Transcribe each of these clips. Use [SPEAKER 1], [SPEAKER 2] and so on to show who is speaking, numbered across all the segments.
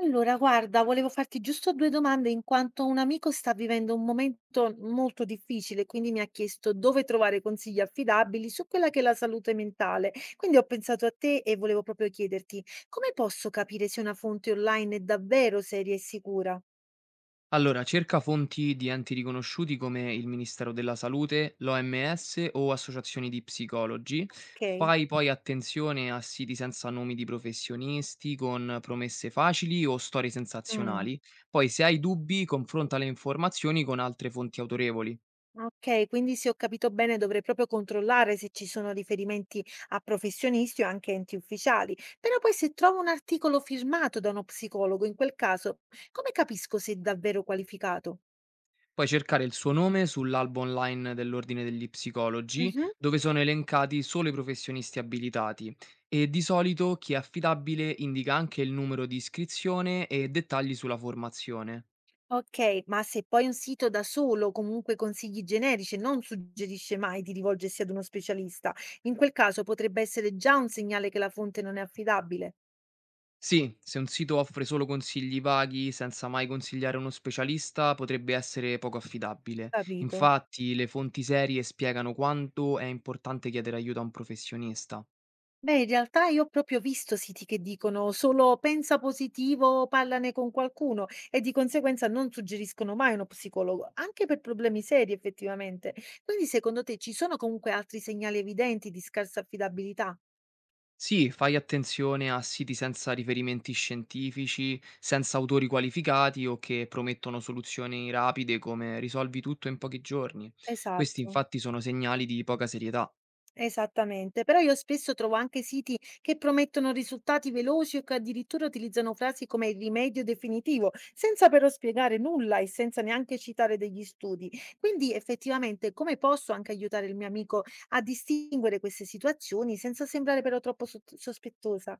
[SPEAKER 1] Allora, guarda, volevo farti giusto 2 domande in quanto un amico sta vivendo un momento molto difficile, quindi mi ha chiesto dove trovare consigli affidabili su quella che è la salute mentale. Quindi ho pensato a te e volevo proprio chiederti come posso capire se una fonte online è davvero seria e sicura?
[SPEAKER 2] Allora, cerca fonti di enti riconosciuti come il Ministero della Salute, l'OMS o associazioni di psicologi.
[SPEAKER 1] Ok?
[SPEAKER 2] Fai poi attenzione a siti senza nomi di professionisti, con promesse facili o storie
[SPEAKER 1] Mm.
[SPEAKER 2] sensazionali. Poi, se hai dubbi, confronta le informazioni con altre fonti autorevoli.
[SPEAKER 1] Okay, quindi se ho capito bene dovrei proprio controllare se ci sono riferimenti a professionisti o anche enti ufficiali, però poi se trovo un articolo firmato da uno psicologo, in quel caso come capisco se è davvero qualificato?
[SPEAKER 2] Puoi cercare il suo nome sull'albo online dell'Ordine degli Psicologi,
[SPEAKER 1] Mhm.
[SPEAKER 2] dove sono elencati solo i professionisti abilitati e di solito chi è affidabile indica anche il numero di iscrizione e dettagli sulla formazione.
[SPEAKER 1] Ok, ma se poi un sito da solo comunque consigli generici e non suggerisce mai di rivolgersi ad uno specialista, in quel caso potrebbe essere già un segnale che la fonte non è affidabile.
[SPEAKER 2] Sì, se un sito offre solo consigli vaghi senza mai consigliare uno specialista potrebbe essere poco affidabile.
[SPEAKER 1] Capito?
[SPEAKER 2] Infatti le fonti serie spiegano quanto è importante chiedere aiuto a un professionista.
[SPEAKER 1] Beh, in realtà io ho proprio visto siti che dicono solo pensa positivo, parlane con qualcuno e di conseguenza non suggeriscono mai uno psicologo, anche per problemi seri effettivamente. Quindi secondo te ci sono comunque altri segnali evidenti di scarsa affidabilità?
[SPEAKER 2] Sì, fai attenzione a siti senza riferimenti scientifici, senza autori qualificati o che promettono soluzioni rapide come risolvi tutto in pochi giorni. Questi
[SPEAKER 1] Esatto.
[SPEAKER 2] infatti sono segnali di poca serietà.
[SPEAKER 1] Esattamente, però io spesso trovo anche siti che promettono risultati veloci o che addirittura utilizzano frasi come il rimedio definitivo, senza però spiegare nulla e senza neanche citare degli studi. Quindi effettivamente come posso anche aiutare il mio amico a distinguere queste situazioni senza sembrare però troppo sospettosa?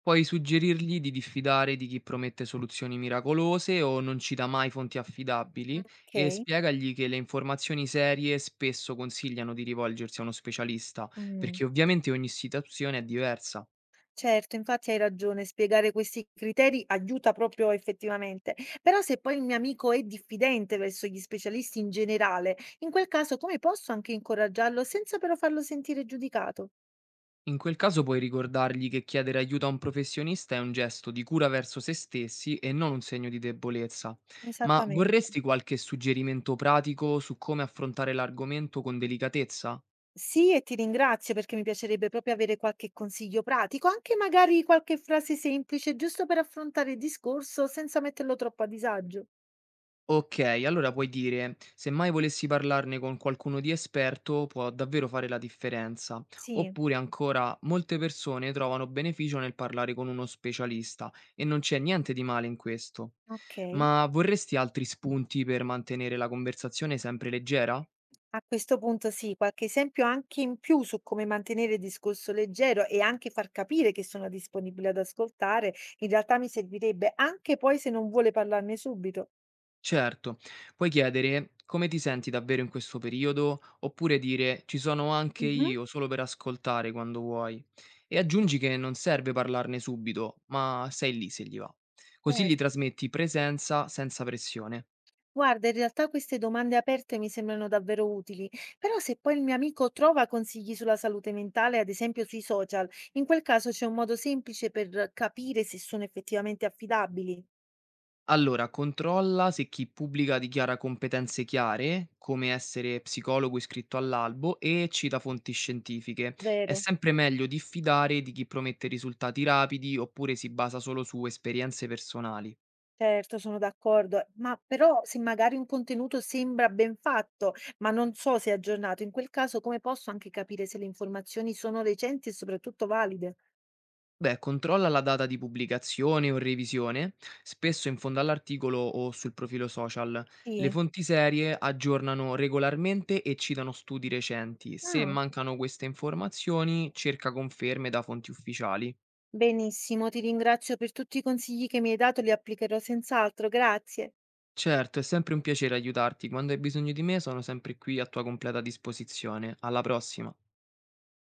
[SPEAKER 2] Puoi suggerirgli di diffidare di chi promette soluzioni miracolose o non cita mai fonti affidabili
[SPEAKER 1] Ok.
[SPEAKER 2] e spiegagli che le informazioni serie spesso consigliano di rivolgersi a uno specialista,
[SPEAKER 1] Mm.
[SPEAKER 2] perché ovviamente ogni situazione è diversa.
[SPEAKER 1] Certo, infatti hai ragione, spiegare questi criteri aiuta proprio effettivamente. Però se poi il mio amico è diffidente verso gli specialisti in generale, in quel caso come posso anche incoraggiarlo senza però farlo sentire giudicato?
[SPEAKER 2] In quel caso puoi ricordargli che chiedere aiuto a un professionista è un gesto di cura verso se stessi e non un segno di debolezza. Ma
[SPEAKER 1] Esattamente.
[SPEAKER 2] vorresti qualche suggerimento pratico su come affrontare l'argomento con delicatezza?
[SPEAKER 1] Sì, e ti ringrazio perché mi piacerebbe proprio avere qualche consiglio pratico, anche magari qualche frase semplice, giusto per affrontare il discorso senza metterlo troppo a disagio.
[SPEAKER 2] Okay, allora puoi dire: "Se mai volessi parlarne con qualcuno di esperto, può davvero fare la differenza".
[SPEAKER 1] Sì,
[SPEAKER 2] Oppure ancora: "Molte persone trovano beneficio nel parlare con uno specialista e non c'è niente di male in questo".
[SPEAKER 1] ok.
[SPEAKER 2] Ma vorresti altri spunti per mantenere la conversazione sempre leggera?
[SPEAKER 1] A questo punto sì, qualche esempio anche in più su come mantenere il discorso leggero e anche far capire che sono disponibile ad ascoltare, in realtà mi servirebbe anche poi se non vuole parlarne subito.
[SPEAKER 2] Certo, puoi chiedere: "Come ti senti davvero in questo periodo?" Oppure dire: "Ci sono anche
[SPEAKER 1] Mhm.
[SPEAKER 2] io, solo per ascoltare quando vuoi." E aggiungi che non serve parlarne subito, ma sei lì se gli va. Così gli
[SPEAKER 1] Certo.
[SPEAKER 2] trasmetti presenza senza pressione.
[SPEAKER 1] Guarda, in realtà queste domande aperte mi sembrano davvero utili, però se poi il mio amico trova consigli sulla salute mentale, ad esempio sui social, in quel caso c'è un modo semplice per capire se sono effettivamente affidabili,
[SPEAKER 2] Allora, controlla se chi pubblica dichiara competenze chiare, come essere psicologo iscritto all'albo, e cita fonti scientifiche. È
[SPEAKER 1] vero?
[SPEAKER 2] sempre meglio diffidare di chi promette risultati rapidi oppure si basa solo su esperienze personali.
[SPEAKER 1] Certo, sono d'accordo, ma però se magari un contenuto sembra ben fatto, ma non so se è aggiornato, in quel caso come posso anche capire se le informazioni sono recenti e soprattutto valide?
[SPEAKER 2] Beh, controlla la data di pubblicazione o revisione, spesso in fondo all'articolo o sul profilo social. Le
[SPEAKER 1] Sì.
[SPEAKER 2] fonti serie aggiornano regolarmente e citano studi recenti. Se
[SPEAKER 1] Ah,
[SPEAKER 2] mancano queste informazioni, cerca conferme da fonti ufficiali.
[SPEAKER 1] benissimo, ti ringrazio per tutti i consigli che mi hai dato, li applicherò senz'altro, grazie.
[SPEAKER 2] Certo, è sempre un piacere aiutarti. Quando hai bisogno di me, sono sempre qui a tua completa disposizione. Alla prossima.